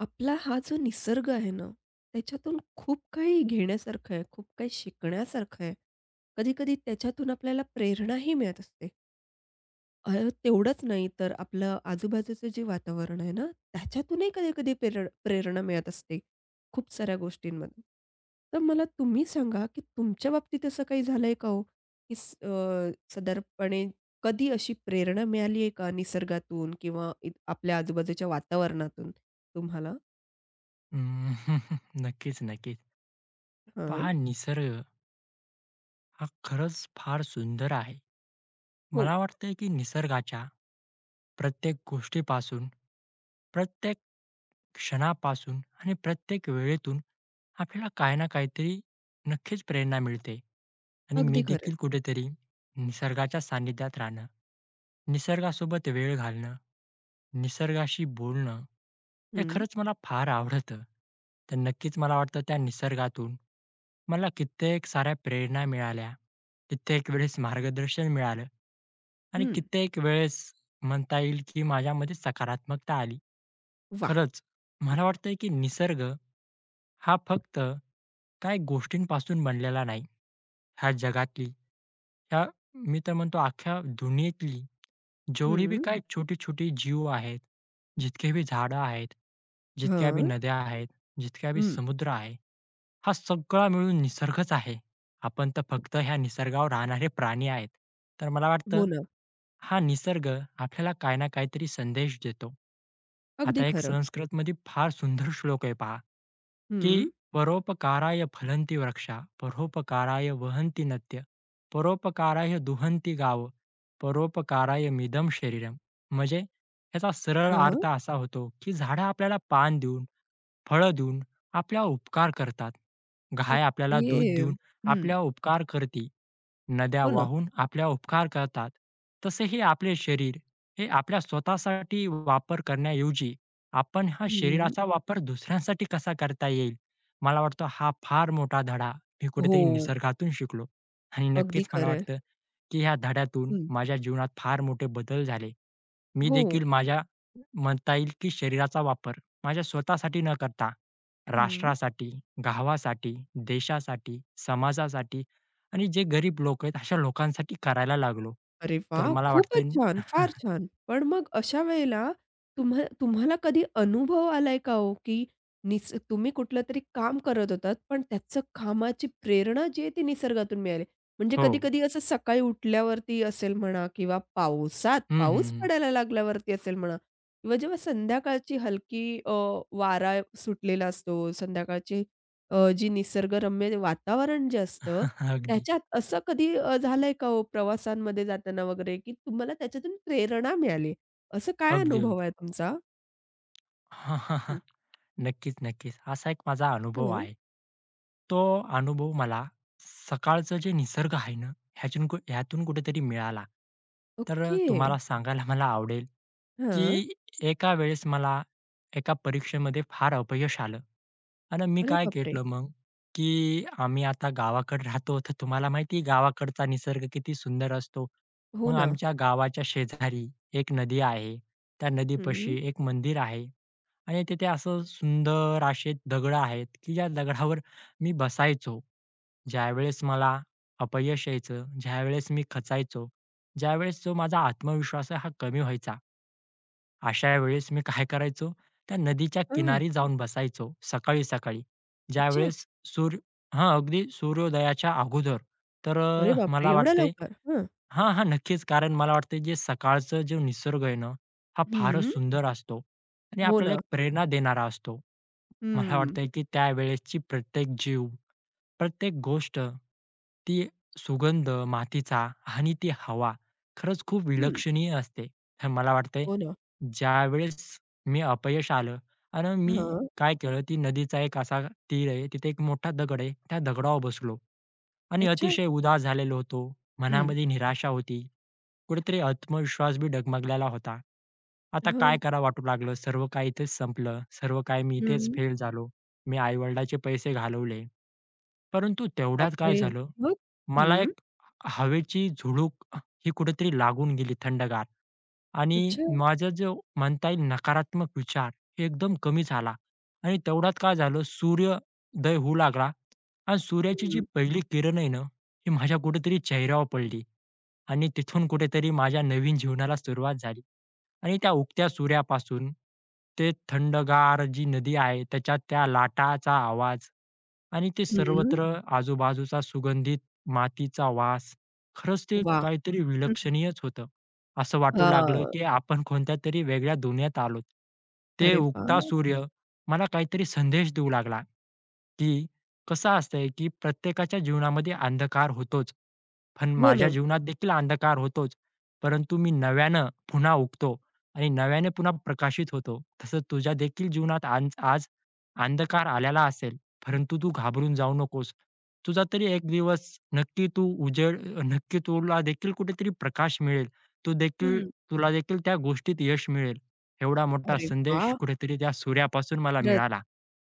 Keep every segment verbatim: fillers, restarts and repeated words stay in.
आपला हा जो निसर्ग आहे ना, त्याच्यातून खूप काही घेण्यासारखं आहे, खूप काही शिकण्यासारखं आहे. कधी-कधी त्याच्यातून आपल्याला प्रेरणाही मिळत असते. अ, तेवढंच नाही तर आपलं आजूबाजूचं जे वातावरण आहे ना, त्याच्यातूनही कधी-कधी प्रेर प्रेरणा मिळत असते, खूप साऱ्या गोष्टींमधून. तर मला तुम्ही सांगा, की तुमच्या बाबतीत असं काही झालंय का हो? की स अ, साधारणपणे कधी अशी प्रेरणा मिळाली आहे का निसर्गातून किंवा इत आपल्या आजूबाजूच्या वातावरणातून तुम्हाला? अं, नक्कीच, नक्कीच. पहा निसर्ग हा खरंच फार सुंदर आहे. हो, मला वाटतंय की निसर्गाच्या प्रत्येक गोष्टीपासून, प्रत्येक क्षणापासून आणि प्रत्येक वेळेतून आपल्याला काही ना काहीतरी नक्कीच प्रेरणा मिळते. आणि मी अगदी खरं आहे. देखील कुठेतरी निसर्गाच्या सानिध्यात राहणं, निसर्गासोबत वेळ घालणं, निसर्गाशी बोलणं हे हं, खरंच मला फार आवडतं. तर नक्कीच मला वाटतं त्या निसर्गातून मला कित्येक साऱ्या प्रेरणा मिळाल्या. कित्येक वेळेस मार्गदर्शन मिळालं आणि हं. कित्येक वेळेस म्हणता येईल, की माझ्यामध्ये सकारात्मकता आली. वाह! खरंच मला वाटतंय, की निसर्ग हा फक्त काही गोष्टींपासून बनलेला नाही. ह्या जगातली, ह्या मी तर म्हणतो अख्ख्या दुनियेतली जेवढे बी हं. हं. छोटी छोटी छोटे जीव आहेत, जितके बी झाडं आहेत, जितक्या बी हां. नद्या आहेत, जितका बी समुद्र आहे, हा सगळा मिळून निसर्गच आहे. आपण तर फक्त ह्या निसर्गावर राहणारे प्राणी आहेत. तर मला हो वाटतं ना, हा निसर्ग आपल्याला काही ना काहीतरी संदेश देतो. अगदी आता एक खरं. संस्कृतमध्ये फार सुंदर श्लोक आहे पहा, हम्म, की "परोपकाराय फलंती वृक्षा, परोपकाराय वहन्ति नद्यः, परोपकाराय दुहन्ति गावः, परोपकाराय मिदं शरीरम्." म्हणजे याचा सरळ हं. अर्थ असा होतो, की झाडं आपल्याला पान देऊन फळं देऊन आपल्या उपकार करतात. गाय आपल्याला दूध ओके. देऊन हं. आपल्या उपकार करते. नद्या हो ना. वाहून आपल्या उपकार करतात. तसे हे आपले शरीर हे आपल्या स्वतःसाठी वापर करण्याऐवजी आपण हा हं. शरीराचा वापर दुसऱ्यांसाठी कसा करता येईल, मला वाटतं हा फार मोठा धडा मी कुठेतरी हो, निसर्गातून शिकलो आणि अगदी नक्कीच मला खरं आहे. वाटतं, की ह्या धड्यातून माझ्या जीवनात फार मोठे बदल झाले. मी हो. देखील माझ्या म्हणता येईल की शरीराचा वापर माझ्या स्वतःसाठी न करता हं. राष्ट्रासाठी, गावासाठी, देशासाठी, समाजासाठी आणि जे गरीब लोक आहेत अशा लोकांसाठी करायला लागलो. अरे तर वाह! मला खूपच वाटतंय छान, फार छान. पण मग अशा वेळेला तुम्हा तुम्हाला कधी अनुभव आलाय का हो, की निस तुम्ही कुठलंतरी काम करत होतात, पण त्याचं कामाची प्रेरणा जी आहे ती निसर्गातून मिळाली. म्हणजे हो. कधी-कधी असं सकाळी उठल्यावरती असेल म्हणा किंवा पावसात, हं, हं, पाऊस हं. पडायला लागल्यावरती असेल म्हणा किंवा जेव्हा संध्याकाळची हलकी अ, वारा सुटलेला असतो, संध्याकाळची अ, जी निसर्गरम्य वातावरण जे असतं, अगदी, त्याच्यात असं कधी अ, झालंय का हो प्रवासांमध्ये जाताना वगैरे, की तुम्हाला त्याच्यातून प्रेरणा मिळाली? असं काय अगदी, अनुभव अगदी. आहे तुमचा? हं. नक्कीच, नक्कीच. असा एक माझा अनुभव हं. आहे. तो अनुभव मला सकाळचं जे निसर्ग आहे ना, ह्याच्यातून ह्यातून कुठेतरी मिळाला. तर ओके. तुम्हाला सांगायला मला आवडेल हां. की एका वेळेस मला एका परीक्षेमध्ये फार अपयश आलं आणि मी अरे काय बापरे! केलं मग, की आम्ही आता गावाकडे राहतो, तर तुम्हाला माहिती आहे गावाकडचा निसर्ग किती सुंदर असतो. हो मग ना. आमच्या गावाच्या शेजारी एक नदी आहे. त्या नदीपाशी हं. एक मंदिर आहे आणि तिथे असं सुंदर असे दगडं आहेत, की ज्या दगडावर मी बसायचो. ज्यावेळेस मला अपयश यायचं, ज्यावेळेस मी खचायचो, ज्यावेळेस जो माझा आत्मविश्वास आहे हा कमी व्हायचा. अशा वेळेस मी काय करायचो, त्या नदीच्या हां. किनारी जाऊन बसायचो सकाळी-सकाळी. अच्छा. ज्यावेळेस सूर्य हां, अगदी सूर्योदयाच्या अगोदर. तर अरे अ, बापरे! मला एवढ्या वाटतंय लवकर? हं. हां, हां, नक्कीच. कारण मला वाटतंय जे सकाळचं जो निसर्ग आहे ना, हा फारच हं. सुंदर असतो आणि हो आपल्याला ना. एक प्रेरणा देणारा असतो. मला हं. वाटतंय की त्यावेळेसची प्रत्येक जीव, प्रत्येक गोष्ट, ती सुगंध मातीचा आणि ती हवा खरंच खूप हं. विलक्षणीय असते. तर मला वाटतंय हो ना. ज्यावेळेस मी अपयश आलं आणि मी हां. काय केलं, ती नदीचा एक असा तीर आहे, तिथे एक मोठा दगड आहे, त्या दगडावर बसलो आणि अच्छा. अतिशय उदास झालेलो होतो. हं. मनामध्ये निराशा होती. कुठेतरी आत्मविश्वास बी डगमगलेला होता. आता काय हां. करावं वाटू लागलं, सर्व काही इथेच संपलं, सर्व काही मी इथेच हं. फेल झालो. मी आई पैसे घालवले. परंतु तेवढ्यात काय बापरे! झालं, मग? मला हं. एक हवेची झुळूक ही कुठेतरी लागून गेली थंडगार. आणि अच्छा. माझा जो म्हणता येईल नकारात्मक विचार एकदम कमी झाला आणि तेवढ्यात काय झालं सूर्योदय होऊ लागला आणि सूर्याची जी हं. पहिली किरण आहे ना, ती माझ्या कुठेतरी चेहऱ्यावर पडली आणि तिथून कुठेतरी माझ्या नवीन जीवनाला सुरुवात झाली आणि त्या उगत्या सूर्यापासून ते थंडगार जी नदी आहे त्याच्यात त्या लाटाचा आवाज आणि ते हं. सर्वत्र आजूबाजूचा सुगंधित मातीचा वास खरंच ते वाह! काहीतरी विलक्षणीयच होतं. असं वाटू लागलं, हां. की आपण कोणत्या तरी वेगळ्या दुनियेत आलोत. ते अरे उगता वाह! सूर्य मला काहीतरी संदेश देऊ लागला, की कसं असतंय, की प्रत्येकाच्या जीवनामध्ये अंधकार होतोच. पण हो माझ्या ना. जीवनात देखील अंधकार होतोच, परंतु मी नव्यानं पुन्हा उगतो आणि नव्याने पुन्हा प्रकाशित होतो. तसं तुझ्या देखील जीवनात आज आज अंधकार आलेला असेल, परंतु तू घाबरून जाऊ नकोस. तुझा तरी एक दिवस नक्की तू उजेड नक्की तुला देखील कुठेतरी प्रकाश मिळेल. तू देखील हं. तुला देखील त्या गोष्टीत यश मिळेल. एवढा मोठा अरे संदेश वाह! कुठेतरी त्या सूर्यापासून मला खरंच. मिळाला.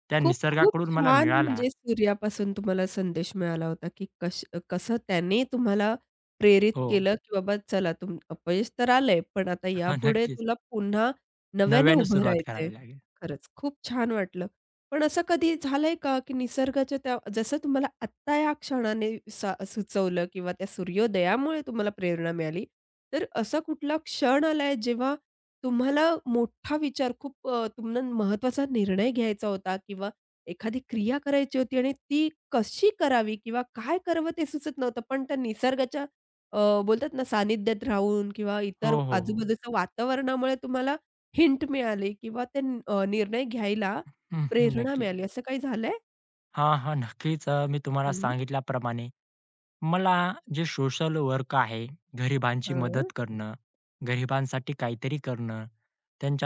त्या खूप, खूप निसर्गाकडून मला छान मिळाला. म्हणजे सूर्यापासून तुम्हाला संदेश मिळाला होता, की कश कसं त्याने तुम्हाला प्रेरित हो. केलं, की बाबा चला तुम अपयश तर आलंय, पण आता हां, यापुढे नक्कीच. तुला पुन्हा नव्याने नव्याने उभं सुरुवात राहायचंय. करावी लागेल. खरंच खूप छान वाटलं. पण असं कधी झालंय का, की निसर्गाच्या त्या जसं तुम्हाला आत्ता या क्षणाने सा सुचवलं किंवा त्या सूर्योदयामुळे तुम्हाला प्रेरणा मिळाली, तर असा कुठला क्षण आलाय जेव्हा तुम्हाला मोठा विचार खूप अ, तुम्हाला महत्त्वाचा निर्णय घ्यायचा होता किंवा एखादी क्रिया करायची होती आणि ती कशी करावी किंवा काय करावं ते सुचत नव्हतं. पण त्या निसर्गाच्या अ, बोलतात ना सानिध्यात राहून किंवा हो, इतर हो, हो. आजूबाजूच्या वातावरणामुळे तुम्हाला हिंट मिळाली किंवा ते न- अ, निर्णय घ्यायला हं, हं. प्रेरणा नक्कीच. मिळाली. असं काही झालंय? हां, हां. नक्कीच अ, मी तुम्हाला हं. सांगितल्याप्रमाणे मला जे सोशल वर्क आहे, गरिबांची हां. मदत करणं, गरिबांसाठी काहीतरी करणं,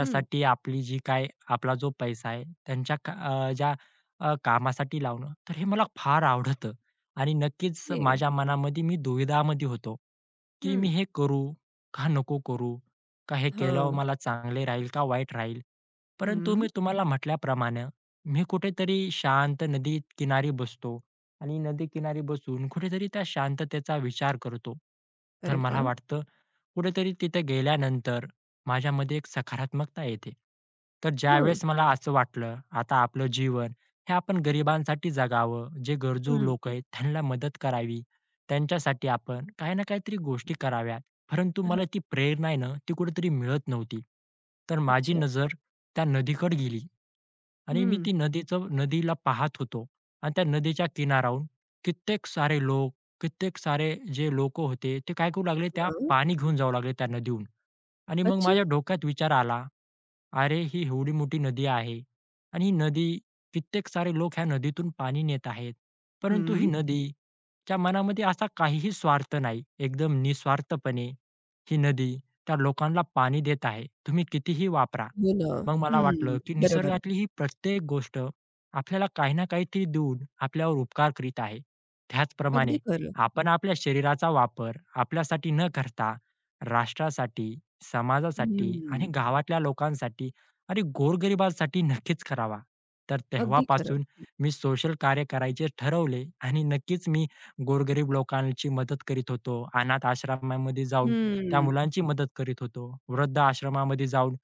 हं. आपली जी काय आपला जो पैसा आहे, त्यांच्या का अ, ज्या अ, कामासाठी लावणं, तर हे मला फार आवडतं आणि नक्कीच ओके. माझ्या मनामध्ये मी दुविधामध्ये होतो, की मी हं. हे करू का नको करू? का हे केल्यावर हां. मला चांगले राहील का वाईट राहील? परंतु हं. मी तुम्हाला म्हटल्याप्रमाणे मी कुठेतरी शांत नदीत किनारी बसतो. आणि नदीकिनारी बसून कुठेतरी त्या शांततेचा विचार करतो. अरे तर मला वाह! वाटतं, कुठेतरी तिथे गेल्यानंतर माझ्यामध्ये एक सकारात्मकता येते. तर हं. ज्यावेळेस मला असं वाटलं, आता आपलं जीवन हे आपण गरिबांसाठी जगावं, जे गरजू हं. लोक आहेत त्यांना मदत करावी, त्यांच्यासाठी आपण काही ना काहीतरी गोष्टी कराव्यात. परंतु हां. मला ती प्रेरणा आहे ना, ती कुठेतरी मिळत नव्हती. तर माझी अच्छा. नजर त्या नदीकडे गेली आणि मी हं. ती नदीचं नदीला पाहत होतो आणि त्या नदीच्या किनाऱ्याहून कित्येक सारे लोक कित्येक सारे जे लोकं होते, ते काय करू लागले, त्या हां. पाणी घेऊन जाऊ लागले त्यांना देऊन आणि मग अच्छा. माझ्या डोक्यात विचार आला, अरे, ही एवढी मोठी नदी आहे आणि ही नदी कित्येक सारे लोक ह्या नदीतून पाणी नेत आहेत. परंतु ही हं. हं, हं. नदीच्या मनामध्ये असा काहीही स्वार्थ नाही. एकदम निस्वार्थपणे ही नदी त्या लोकांना पाणी देत आहे. तुम्ही कितीही वापरा. हो ना. मग मला हं. वाटलं, की बरोबर. निसर्गातली ही प्रत्येक गोष्ट आपल्याला काही ना काहीतरी देऊन आपल्यावर उपकार करीत आहे. त्याचप्रमाणे अगदी खरं. आपण आपल्या शरीराचा वापर आपल्यासाठी न करता राष्ट्रासाठी समाजासाठी आणि हं. गावातल्या लोकांसाठी आणि गोरगरिबांसाठी नक्कीच करावा. तर अगदी खरं. तेव्हापासून मी सोशल कार्य करायचे ठरवले आणि नक्कीच मी गोरगरीब लोकांची मदत करीत होतो. अनाथ आश्रमामध्ये जाऊन त्या हं. मुलांची मदत करीत होतो. वृद्ध आश्रमामध्ये जाऊन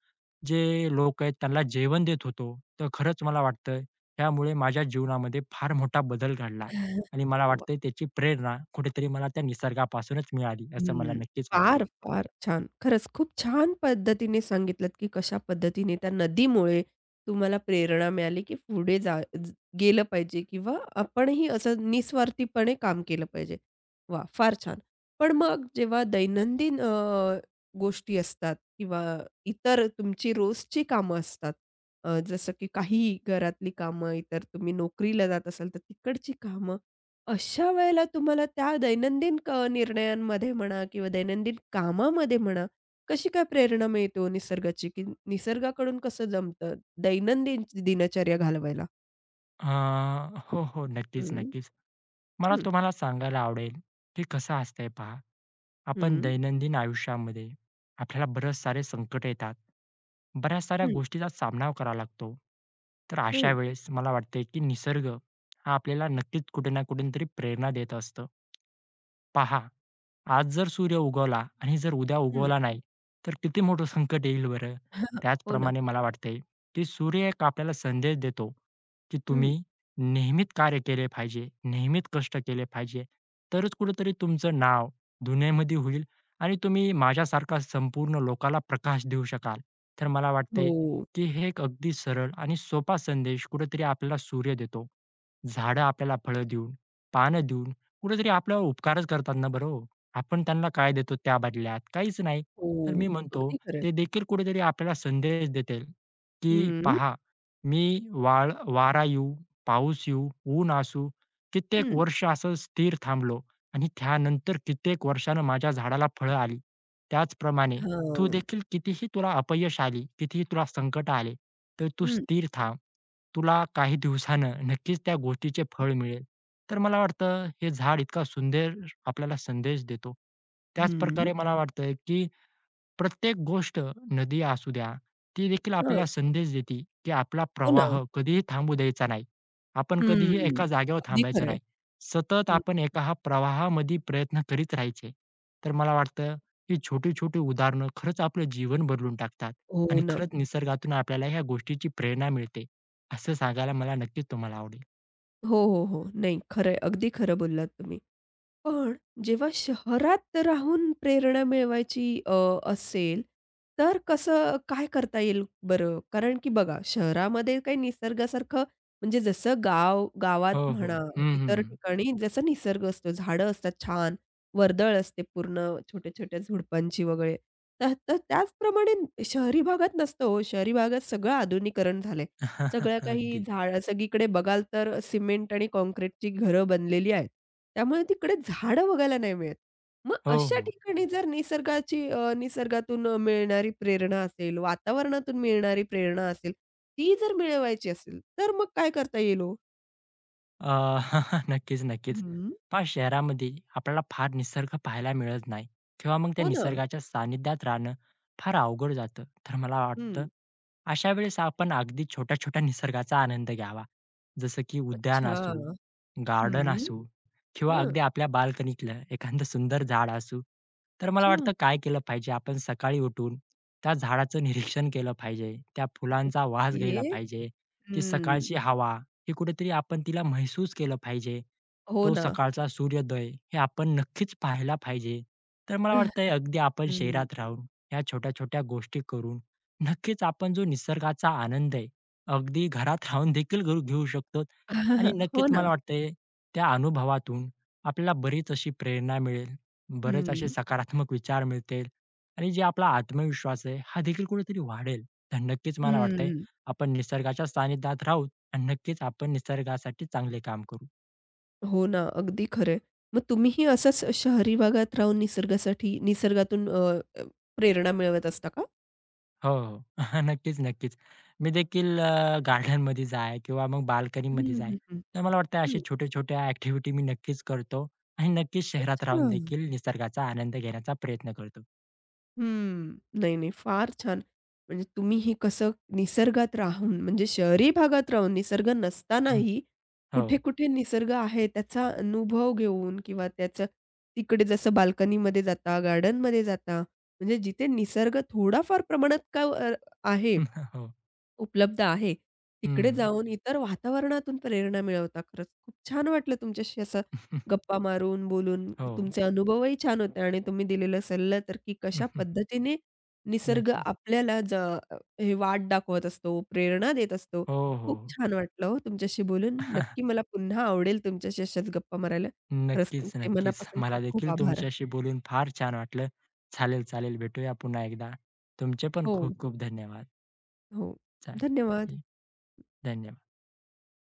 जे लोक आहेत त्यांना जेवण देत होतो. तर खरंच मला वाटतं त्यामुळे माझ्या जीवनामध्ये फार मोठा बदल घडला आणि मला वा वाटतंय त्याची प्रेरणा कुठेतरी मला त्या निसर्गापासूनच मिळाली असं मला हं. नक्कीच फार, वाटतंय. फार छान. खरंच खूप छान पद्धतीने सांगितलत, की कशा पद्धतीने त्या नदीमुळे तुम्हाला प्रेरणा मिळाली, की पुढे जा ज गेलं पाहिजे किंवा आपणही असं निस्वार्थीपणे काम केलं पाहिजे. वा फार छान. पण मग जेव्हा दैनंदिन अ, गोष्टी असतात किंवा इतर तुमची रोजची कामं असतात, अ, जसं की काही घरातली कामं, इतर तुम्ही नोकरीला जात असाल, तर तिकडची कामं अशा वेळेला तुम्हाला त्या दैनंदिन क निर्णयांमध्ये म्हणा किंवा दैनंदिन कामामध्ये म्हणा, कशी काय प्रेरणा मिळते हो निसर्गाची? की निसर्गाकडून कसं जमतं दैनंदिन दिनचर्या घालवायला? अ, हो, हो. नक्कीच, हं, नक्कीच. मला हं, तुम्हाला सांगायला आवडेल, की कसं असतंय पहा, आपण हं, दैनंदिन आयुष्यामध्ये आपल्याला बरेच सारे संकट येतात. बऱ्याच साऱ्या हं, गोष्टीचा सामना करावा लागतो. तर अशा हं, वेळेस मला वाटतंय, की निसर्ग हा आपल्याला नक्कीच कुठे ना कुठेतरी प्रेरणा देत असतो. पहा, आज जर सूर्य उगवला आणि जर उद्या हं. उगवला नाही, तर किती मोठं संकट येईल बरं? हो ना. त्याचप्रमाणे मला वाटतंय, की सूर्य एक आपल्याला संदेश देतो, की हं. तुम्ही नेहमीच कार्य केले पाहिजे, नेहमीच कष्ट केले पाहिजे, तरच कुठेतरी तुमचं नाव दुनियेमध्ये होईल आणि तुम्ही माझ्यासारखा संपूर्ण लोकाला प्रकाश देऊ शकाल. तर मला वाटतंय, हो, की हे एक अगदी सरळ आणि सोपा संदेश कुठेतरी आपल्याला सूर्य देतो. झाडं आपल्याला फळं देऊन, पानं देऊन कुठेतरी आपल्यावर उपकारच करतात ना बरं हो. आपण त्यांना काय देतो त्या बदल्यात? काहीच नाही. हो. तर मी म्हणतो अगदी खरं ते देखील कुठेतरी आपल्याला संदेश देतील, की हं, "पहा, मी वाळ वारा येऊ, पाऊस येऊ, ऊन असू, कित्येक हं. वर्ष असं स्थिर थांबलो आणि त्यानंतर कित्येक वर्षानं माझ्या झाडाला फळं आली." त्याचप्रमाणे तू हां. देखील कितीही तुला अपयश आली, कितीही तुला संकट आले, तर तू हं, स्थिर थांब. तुला काही दिवसानं नक्कीच त्या गोष्टीचे फळ मिळेल. तर मला वाटतं हे झाड इतका सुंदर आपल्याला संदेश देतो. हं. त्याचप्रकारे मला वाटतं, की प्रत्येक गोष्ट नदी असू द्या, ती देखील आपल्याला हां. संदेश देते, की आपला हो ना. प्रवाह कधीही थांबू द्यायचा नाही. आपण कधीही हं. एका जागेवर अगदी थांबायचं खरं नाही. सतत हं. आपण एका हा प्रवाहामध्ये प्रयत्न करीत राहायचे. तर मला वाटतं, ही छोटी-छोटी उदाहरणं खरंच आपलं जीवन बदलून टाकतात हो आणि ना. खरंच निसर्गातून आपल्याला ह्या गोष्टीची प्रेरणा मिळते. असं सांगायला मला नक्कीच तुम्हाला आवडेल. हो, हो, हो. नाही खरं अगदी खरं बोललात तुम्ही. पण जेव्हा शहरात राहून प्रेरणा मिळवायची अ, असेल, तर कसं काय करता येईल बरं? कारण की बघा, शहरामध्ये काही निसर्गासारखं म्हणजे जसं गाव गावात हो, हो. म्हणा, हं, हं. इतर ठिकाणी जसा निसर्ग असतो, झाडं असतात छान, वर्दळ असते पूर्ण छोट्या-छोट्या झुडपांची वगैरे. तर तर त्याचप्रमाणे शहरी भागात नसतं हो, शहरी भागात सगळं आधुनिकरण झालंय. सगळं काही अगदी. झाड सगळीकडे बघाल तर सिमेंट आणि काँक्रीटची घरं बनलेली आहेत. त्यामुळे तिकडे झाडं बघायला नाही मिळत. मग हो, अशा हो. ठिकाणी जर निसर्गाची अ, निसर्गातून अ, मिळणारी प्रेरणा असेल, वातावरणातून मिळणारी प्रेरणा असेल, ती जर मिळवायची असेल, तर मग काय करता येईल ओ? अ, नक्कीच, नक्कीच. हं. पहा शहरामध्ये आपल्याला फार निसर्ग पाहायला मिळत नाही किंवा मग त्या हो ना. निसर्गाच्या सानिध्यात राहणं फार अवघड जातं. तर मला वाटतं हं. अशा वेळेस आपण अगदी छोट्या-छोट्या निसर्गाचा आनंद घ्यावा. जसं की उद्यान अच्छा. असू, गार्डन हं. असू किंवा हां. अगदी आपल्या बाल्कनीतलं एखादं सुंदर झाड असू. तर मला अच्छा. वाटतं काय केलं पाहिजे आपण सकाळी उठून त्या झाडाचं निरीक्षण केलं पाहिजे. त्या फुलांचा वास घ्यायला ये पाहिजे. ती हं. सकाळची हवा हे कुठेतरी आपण तिला महसूस केलं पाहिजे. हो तो ना. सकाळचा सूर्योदय हे आपण नक्कीच पाहायला पाहिजे. तर मला वाटतंय अगदी आपण हं. शहरात राहून ह्या छोट्या-छोट्या गोष्टी करून नक्कीच आपण जो निसर्गाचा आनंद आहे, अगदी घरात राहून देखील घ घेऊ शकतो आणि हो नक्कीच ना. मला वाटतंय त्या अनुभवातून आपल्याला बरीच अशी प्रेरणा मिळेल, बरेच असे हं. सकारात्मक विचार मिळतील आणि जे आपला आत्मविश्वास आहे, हा देखील कुठेतरी वाढेल. तर नक्कीच मला वाटतंय हं. आपण निसर्गाच्या सानिध्यात राहू आणि नक्कीच आपण निसर्गासाठी चांगले काम करू. हो ना, अगदी खरं आहे. मग तुम्हीही असाच शहरी भागात राहून निसर्गासाठी निसर्गातून अ, अ, प्रेरणा मिळवत असता का? हो, हो. नक्कीच, नक्कीच. मी देखील अ, गार्डनमध्ये जा किंवा मग बाल्कनीमध्ये हं, जा. हं, हं. तर मला वाटतं अशा हं. छोट्या-छोट्या ॲक्टिव्हिटी मी नक्कीच करतो आणि नक्कीच शहरात अच्छा. राहून देखील निसर्गाचा आनंद घेण्याचा प्रयत्न करतो. हं. नाही, नाही. फार छान. म्हणजे तुम्हीही कसं निसर्गात राहून म्हणजे शहरी भागात राहून निसर्ग हं, नसतानाही हो. कुठे-कुठे निसर्ग आहे त्याचा अनुभव घेऊन किंवा त्याचं तिकडे जसं बाल्कनीमध्ये जाता, गार्डनमध्ये जाता, म्हणजे जिथे निसर्ग थोडाफार प्रमाणात का अ, आहे हो. उपलब्ध आहे. तिकडे हो. हं. जाऊन इतर वातावरणातून प्रेरणा मिळवता खरंच. खूप छान वाटलं तुमच्याशी असं गप्पा मारून, बोलून. हो. तुमचे अनुभवही छान होते आणि तुम्ही दिलेला सल्ला तर की कशा पद्धतीने निसर्ग नक्कीच. आपल्याला ज अ, हे वाट दाखवत असतो, प्रेरणा देत असतो. हो, हो. खूप छान वाटलं हो तुमच्याशी बोलून. नक्की मला पुन्हा आवडेल तुमच्याशी अशाच गप्पा मारायला. खरंच नक्कीच, तुमचे नक्कीच. मनापासून मला खूप खूप देखील आभार. तुमच्याशी बोलून फार छान वाटलं. चालेल, चालेल. भेटूया पुन्हा एकदा. तुमचे पण हो, खूप खूप धन्यवाद. हो. चालेल. धन्यवाद. धन्यवाद.